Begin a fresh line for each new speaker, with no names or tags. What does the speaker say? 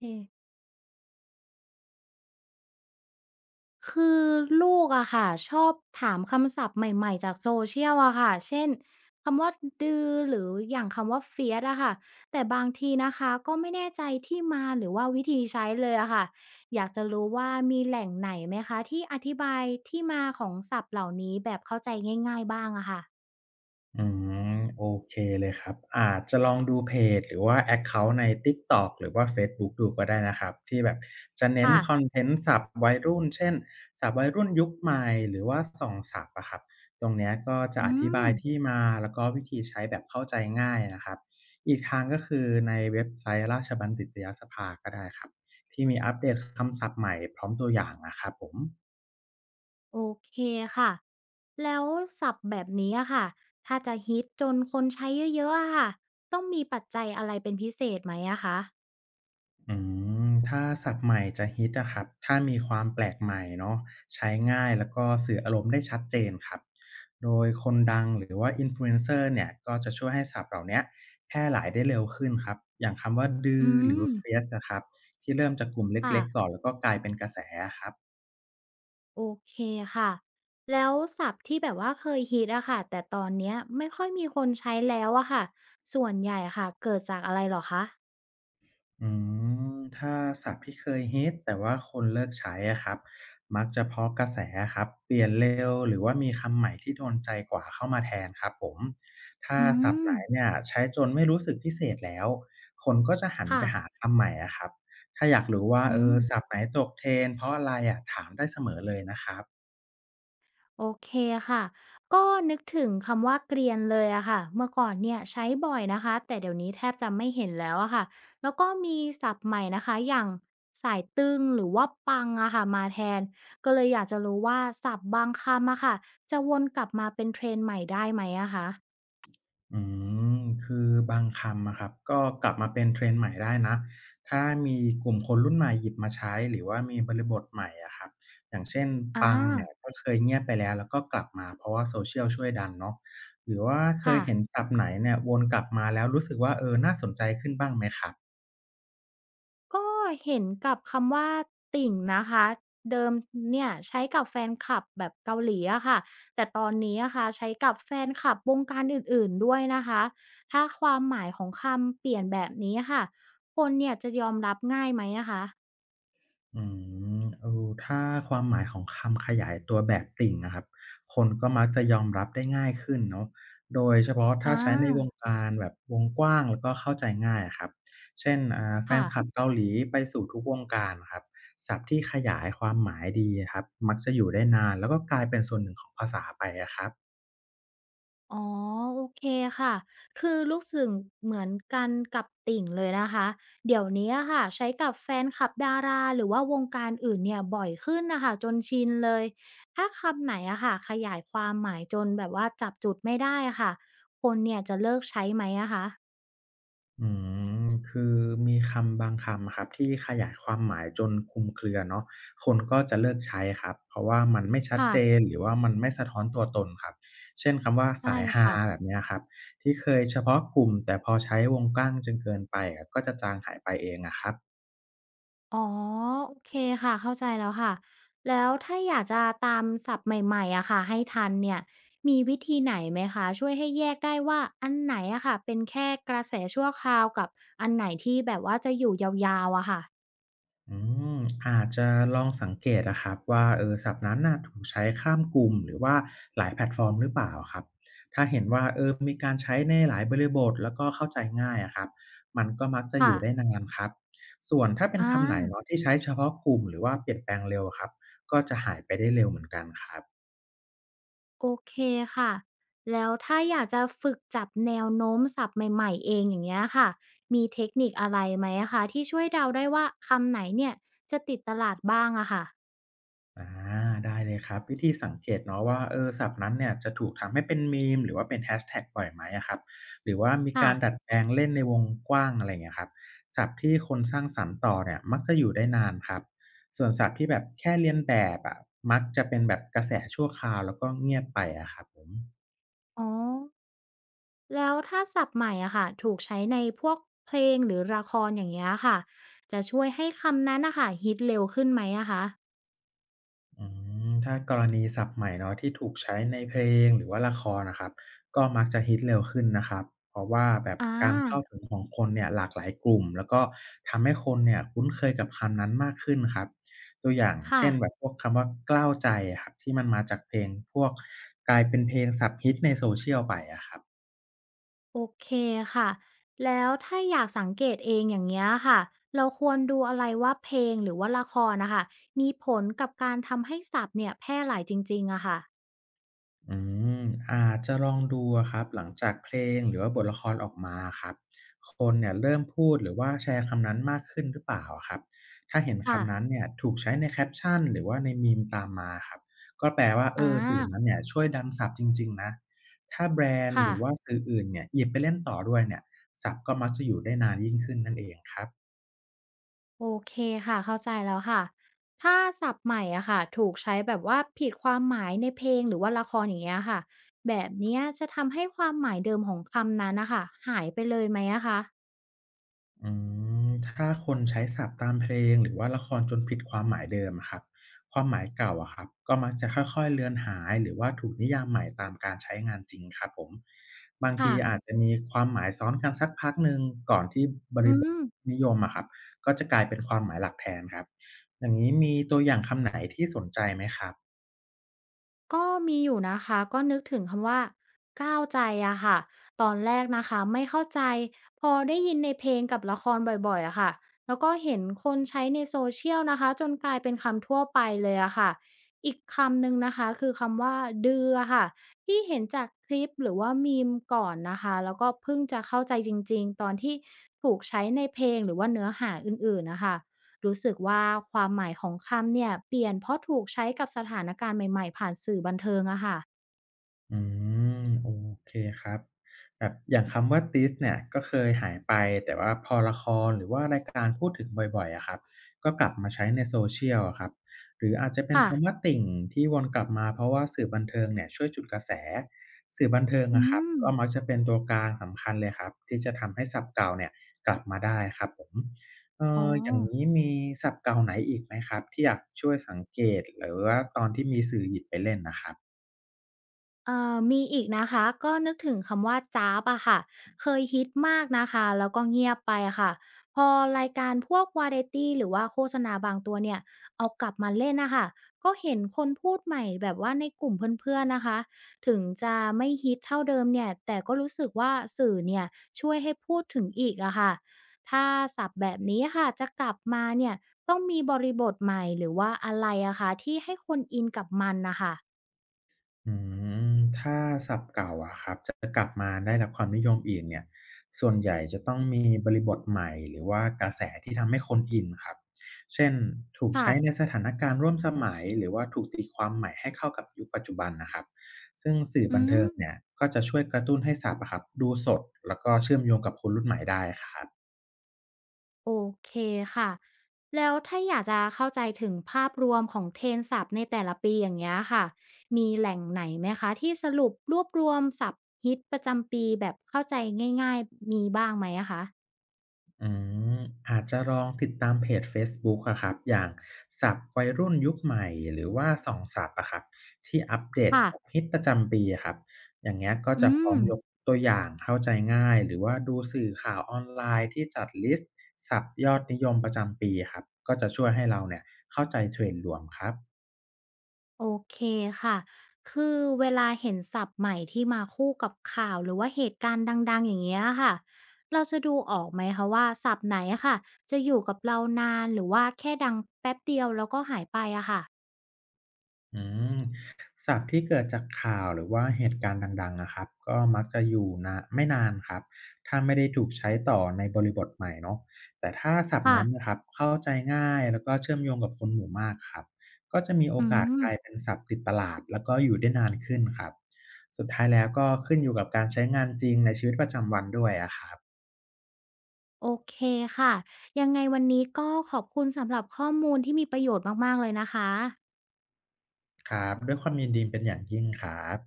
เอคือลูกอะค่ะชอบถามคำศัพท์ใหม่ๆจากโซเชียลอะค่ะเช่นคำว่าดือหรืออย่างคำว่า f i e r c อะค่ะแต่บางทีนะคะก็ไม่แน่ใจที่มาหรือว่าวิธีใช้เลยอะค่ะอยากจะรู้ว่ามีแหล่งไหนไหมคะที่อธิบายที่มาของศัพท์เหล่านี้แบบเข้าใจง่ายๆบ้างอะค่ะ
อืโอเคเลยครับอาจจะลองดูเพจหรือว่าแอ็กเคานต์ใน TikTok หรือว่าเฟซบุ๊กดูก็ได้นะครับที่แบบจะเน้น
ค่ะ
คอนเทนต์ศัพท์วัยรุ่นเช่นศัพท์วัยรุ่นยุคใหม่หรือว่าส่องศัพท์อะครับตรงเนี้ยก็จะ
อื
อธิ
ม
บายที่มาแล้วก็วิธีใช้แบบเข้าใจง่ายนะครับอีกทางก็คือในเว็บไซต์ราชบัณฑิตยสภาก็ได้ครับที่มีอัปเดตคำศัพท์ใหม่พร้อมตัวอย่างอะครับผม
โอเคค่ะ แล้วศัพท์แบบนี้อะค่ะถ้าจะฮิตจนคนใช้เยอะๆอะค่ะต้องมีปัจจัยอะไรเป็นพิเศษไหมอะคะ
อืถ้าศัพท์ใหม่จะฮิตอะครับถ้ามีความแปลกใหม่เนาะใช้ง่ายแล้วก็สื่ออารมณ์ได้ชัดเจนครับ โดยคนดังหรือว่า Influencer เนี่ยก็จะช่วยให้ศัพท์เหล่าเนี้ยแพร่หลายได้เร็วขึ้นครับ อย่างคำว่าดื้อ
อื
หรือ
ม
ว่า FIE อะครับที่เริ่มจากกลุ่มเ
ค่ะ
ล็กๆก่อนแล้วก็กลายเป็นกระแสอะครับ
โอเคค่ะแล้วศัพท์ที่แบบว่าเคยฮิตอะค่ะแต่ตอนเนี้ยไม่ค่อยมีคนใช้แล้วอะค่ะส่วนใหญ่ค่ะเกิดจากอะไรเหรอคะ
อืถ้าศัพท์ที่เคยฮิตแต่ว่าคนเลิกใช้อะครับมักจะเพราะกระแสครับเปลี่ยนเร็วหรือว่ามีคำใหม่ที่โดนใจกว่าเข้ามาแทนครับผมถ้า
อื
ศัพท์
ม
ไหนเนี่ยใช้จนไม่รู้สึกพิเศษแล้วคนก็จะหัน
ค่ะ
ไปหาคำใหม่อะครับถ้าอยากรู้ว่า
อื
เออ
ม
ศัพท์ไหนตกเทรน n เพราะอะไรอะถามได้เสมอเลยนะครับ
โอเคค่ะก็นึกถึงคำว่าเกรียนเลยอะค่ะเมื่อก่อนเนี่ยใช้บ่อยนะคะ แต่เดี๋ยวนี้แทบจะไม่เห็นแล้วอะค่ะแล้วก็มีศัพท์ใหม่นะคะอย่างสายตึงหรือว่าปังอะค่ะมาแทน ก็เลยอยากจะรู้ว่าศัพท์บางคำอะค่ะจะวนกลับมาเป็นเทรนด์ใหม่ได้ไหมอะคะ
อืมคือบางคำอะครับก็กลับมาเป็น trend ใหม่ได้นะถ้ามีกลุ่มคนรุ่นใหม่หยิบมาใช้หรือว่ามีบริบทใหม่อะครับอย่างเช่น
อ่า
ปังเนี่ยก็เคยเงียบไปแล้วแล้วก็กลับมาเพราะว่า social ช่วยดันเนาะหรือว่าเคย
ค่ะ
เห็นศัพท์ไหนเนี่ยวนกลับมาแล้วรู้สึกว่าเออน่าสนใจขึ้นบ้างไหมครับ
ก็เห็นกับคำว่าติ่งนะคะเดิมเนี่ยใช้กับแฟนคลับแบบเกาหลีอะค่ะแต่ตอนนี้อะค่ะใช้กับแฟนคลับวงการอื่นๆด้วยนะคะถ้าความหมายของคำเปลี่ยนแบบนี้ะค่ะคนเนี่ยจะยอมรับง่ายไหมอะคะ
อืเออถ้าความหมายของคำขยายตัวแบบติ่งนะครับคนก็มักจะยอมรับได้ง่ายขึ้นเนาะโดยเฉพาะถ้า
อา
ใช้ในวงการแบบวงกว้างแล้วก็เข้าใจง่ายอะครับเช่นแฟน
ค่ะ
คลับเกาหลีไปสู่ทุกวงการอะครับศัพท์ที่ขยายความหมายดีอะครับมักจะอยู่ได้นานแล้วก็กลายเป็นส่วนหนึ่งของภาษาไปอะครับ
อ๋อโอเคค่ะคือรู้สึกเหมือนกันกับติ่งเลยนะคะเดี๋ยวนี้อะค่ะใช้กับแฟนคลับดาราหรือว่าวงการอื่นเนี่ยบ่อยขึ้นน่ะค่ะจนชินเลยถ้าคำไหนอะค่ะขยายความหมายจนแบบว่าจับจุดไม่ได้อะค่ะคนเนี่ยจะเลิกใช้ไหมอะคะ
อืมคือมีคำบางคำอะครับที่ขยายความหมายจนคลุมเครือเนาะคนก็จะเลิกใช้ครับเพราะว่ามันไม่ชัด
ค่ะ
เจนหรือว่ามันไม่สะท้อนตัวตนครับเช่นคำว่า
ใช่
สายฮาแบ
ค่ะ
บเนี้ยครับที่เคยเฉพาะกลุ่มแต่พอใช้วงกว้างจนเกินไปอะก็จะจางหายไปเองอะครับ
อ๋อโอเคค่ะเข้าใจแล้วค่ะแล้วถ้าอยากจะตามศัพท์ใหม่ๆอะค่ะให้ทันเนี่ยมีวิธีไหนไหมคะช่วยให้แยกได้ว่าอันไหนอะค่ะเป็นแค่กระแสชั่วคราวกับอันไหนที่แบบว่าจะอยู่ยาวๆอะค่ะ
อืมอาจจะลองสังเกตนะครับว่าเออศัพท์นั้นน่ะถูกใช้ข้ามกลุ่มหรือว่าหลายแพลตฟอร์มหรือเปล่าครับถ้าเห็นว่าเออมีการใช้ในหลายบริบทแล้วก็เข้าใจง่ายอะครับมันก็มักจะอ
ค่ะ
ยู่ได้นานครับส่วนถ้าเป็น
อา
คำไหนเนาะที่ใช้เฉพาะกลุ่มหรือว่าเปลี่ยนแปลงเร็วอะครับก็จะหายไปได้เร็วเหมือนกันครับ
โอเคค่ะแล้วถ้าอยากจะฝึกจับแนวโน้มศัพท์ใหม่ๆเองอย่างเงี้ยค่ะมีเทคนิคอะไรไหมอะคะที่ช่วยเดาได้ว่าคำไหนเนี่ยจะติดตลาดบ้างอะค่ะ
อาได้เลยครับวิธีสังเกตเนาะว่าเออศัพท์นั้นเนี่ยจะถูกทำให้เป็น meme หรือว่าเป็น hashtag บ่อยไหมอะครับหรือว่ามี
ค่ะ
การดัดแปลงเล่นในวงกว้างอะไราเงี้ยครับศัพท์ที่คนสร้างสรรค์ต่อเนี่ยมักจะอยู่ได้นานครับส่วนศัพท์ที่แบบแค่เลียนแบบอะมักจะเป็นแบบกระแสชั่วคราวแล้วก็เงียบไปอะครับผม
อ๋อ แล้วถ้าศัพท์ใหม่อะค่ะถูกใช้ในพวกเพลงหรือละครอย่างเงี้ยค่ะจะช่วยให้คำนั้นนะค่ะฮิตเร็วขึ้นไหมอะคะ
อืถ้ากรณีศัพท์ใหม่เนาะที่ถูกใช้ในเพลงหรือว่าละครนะครับก็มักจะฮิตเร็วขึ้นนะครับเพราะว่าแบบ
อา
การเข้าถึงของคนเนี่ยหลากหลายกลุ่มแล้วก็ทำให้คนเนี่ยคุ้นเคยกับคำนั้นมากขึ้นครับตัวอย่าง
ค่ะ
เช่นแบบพวกคำว่ากล้าวใจอะครับที่มันมาจากเพลงพวกกลายเป็นเพลงศัพท์ฮิตในโซเชียลไปอะครับ
โอเคค่ะแล้วถ้าอยากสังเกตเองอย่างเงี้ยค่ะเราควรดูอะไรว่าเพลงหรือว่าละครนะคะ มีผลกับการทำให้ศัพท์เนี่ยแพร่หลายจริงๆอะค่ะ
อืมอาจจะลองดูอะครับหลังจากเพลงหรือว่าบทละครออกมาครับคนเนี่ยเริ่มพูดหรือว่าแชร์คำนั้นมากขึ้นหรือเปล่าอะครับถ้าเห็น
ค่ะ
คำนั้นเนี่ยถูกใช้ในแคปชั่นหรือว่าในมีมตามมาครับก็แปลว่าเอ
อ
อสื่อนั้น
า
เนี่ยช่วยดันศัพท์จริงๆนะถ้าแบรนด์ห
ค่ะ
รือว่าสื่ออื่นเนี่ยหยิบไปเล่นต่อด้วยเนี่ยศัพท์ก็มักจะอยู่ได้นานยิ่งขึ้นนั่นเองครับ
โอเคค่ะเข้าใจแล้วค่ะถ้าศัพท์ใหม่อะค่ะถูกใช้แบบว่าผิดความหมายในเพลงหรือว่าละครอย่างเงี้ยค่ะแบบเนี้ยจะทำให้ความหมายเดิมของคำนั้นน่ะค่ะหายไปเลยไหมอะคะ
อืถ้าคนใช้ศัพท์ตามเพลงหรือว่าละครจนผิดความหมายเดิมอะครับความหมายเก่าอะครับก็มักจะค่อยๆเลือนหายหรือว่าถูกนิยามใหม่ตามการใช้งานจริงครับผมบางที
ค่ะ
อาจจะมีความหมายซ้อนกันสักพักหนึ่งก่อนที่บ
อื
ริบท
ม
นิยมอะครับก็จะกลายเป็นความหมายหลักแทนครับอย่างนี้มีตัวอย่างคำไหนที่สนใจไหมครับ
ก็มีอยู่นะคะก็นึกถึงคำว่าก้าวใจอะค่ะตอนแรกนะคะไม่เข้าใจพอได้ยินในเพลงกับละครบ่อยๆอะค่ะแล้วก็เห็นคนใช้ในโซเชี a ลนะคะจนกลายเป็นคำทั่วไปเลยอะค่ะอีกคำหนึ่งนะคะคือคำว่าดืออะค่ะที่เห็นจากคลิปหรือว่า m e มก่อนนะคะแล้วก็เพิ่งจะเข้าใจจริงๆตอนที่ถูกใช้ในเพลงหรือว่าเนื้อหาอื่นๆนะคะ รู้สึกว่าความหมายของคำเนี่ยเปลี่ยนเพราะถูกใช้กับสถานการณ์ใหม่ๆผ่านสื่อบันเทิงอะค่ะ
อืโอเคครับแบบอย่างคำว่า This เนี่ยก็เคยหายไปแต่ว่าพอละครหรือว่ารายการพูดถึงบ่อยๆอะครับก็กลับมาใช้ใน Social อะครับหรืออาจจะเป็น
ค่ะ
คำว่าติ่งที่วนกลับมาเพราะว่าสื่อบันเทิงเนี่ยช่วยจุดกระแสสื่อบันเทิง
อื
อะครับ
ม
ก็มักจะเป็นตัวกลางสำคัญเลยครับที่จะทำให้ศัพท์เก่าเนี่ยกลับมาได้ครับผม
อ๋อ
อย่างนี้มีศัพท์เก่าไหนอีกไหมครับที่อยากช่วยสังเกตหรือว่าตอนที่มีสื่อหยิบไปเล่นน่ะครับ
มีอีกนะคะก็นึกถึงคำว่าจ้าบอะค่ะเคยฮิตมากนะคะแล้วก็เงียบไปค่ะพอรายการพวกวาไรตีหรือว่าโฆษณาบางตัวเนี่ยเอากลับมาเล่นนะคะก็เห็นคนพูดใหม่แบบว่าในกลุ่มเพื่อนๆนะคะถึงจะไม่ฮิตเท่าเดิมเนี่ยแต่ก็รู้สึกว่าสื่อเนี่ยช่วยให้พูดถึงอีกอะค่ะถ้าศัพท์แบบนี้ค่ะจะกลับมาเนี่ยต้องมีบริบทใหม่หรือว่าอะไรอะคะที่ให้คนอินกับมันนะคะ
อืมถ้าศัพท์เก่าอะครับจะกลับมาได้รับความนิยมอีกเนี่ยส่วนใหญ่จะต้องมีบริบทใหม่หรือว่ากระแสที่ทำให้คนอินครับเช่นถูก
ค่ะ
ใช้ในสถานการณ์ร่วมสมัยหรือว่าถูกตีความใหม่ให้เข้ากับยุคปัจจุบันนะครับซึ่งสื่อ
อื
บันเทิ
ม
งเนี่ยก็จะช่วยกระตุ้นให้ศัพท์อะครับดูสดแล้วก็เชื่อมโยงกับคนรุ่นใหม่ได้ครับ
โอเคค่ะแล้วถ้าอยากจะเข้าใจถึงภาพรวมของเทรนด์ศัพท์ในแต่ละปีอย่างเงี้ยค่ะมีแหล่งไหนไหมคะที่สรุปรวบรวมศัพท์ฮิตประจำปีแบบเข้าใจง่ายๆมีบ้างไหมอะคะ
อืมอาจจะลองติดตามเพจเฟซบุ๊กอะครับอย่างศัพท์วัยรุ่นยุคใหม่หรือว่าส่องศัพท์อะครับที่อัปเดต
ค่ะ
ศัพท์ฮิตประจำปีอะครับอย่างเงี้ยก็จะ
อื
พร้อ
ม
มยกตัวอย่างเข้าใจง่ายหรือว่าดูสื่อข่าวออนไลน์ที่จัดลิสต์ศัพท์ยอดนิยมประจำปีครับก็จะช่วยให้เราเนี่ยเข้าใจเทรนด์รวมครับ
โอเคค่ะคือเวลาเห็นศัพท์ใหม่ที่มาคู่กับข่าวหรือว่าเหตุการณ์ดังๆอย่างเงี้ยค่ะเราจะดูออกไหมคะว่าศัพท์ไหนอะค่ะจะอยู่กับเรานานหรือว่าแค่ดังแป๊บเดียวแล้วก็หายไปอะค่ะ
อืมศัพท์ที่เกิดจากข่าวหรือว่าเหตุการณ์ดังๆอะครับก็มักจะอยู่นะไม่นานครับถ้าไม่ได้ถูกใช้ต่อในบริบทใหม่เนาะแต่ถ้าศัพท์นั้น
ค่ะ
นะครับเข้าใจง่ายแล้วก็เชื่อมโยงกับคนหมู่มากครับก็จะมีโอ
อื
กาส
ม
กลายเป็นศัพท์ติดตลาดแล้วก็อยู่ได้นานขึ้นครับสุดท้ายแล้วก็ขึ้นอยู่กับการใช้งานจริงในชีวิตประจำวันด้วยอะครับ
โอเคค่ะยังไงวันนี้ก็ขอบคุณสำหรับข้อมูลที่มีประโยชน์มากๆเลยนะคะ
ครับด้วยความยินดีเป็นอย่างยิ่งครับ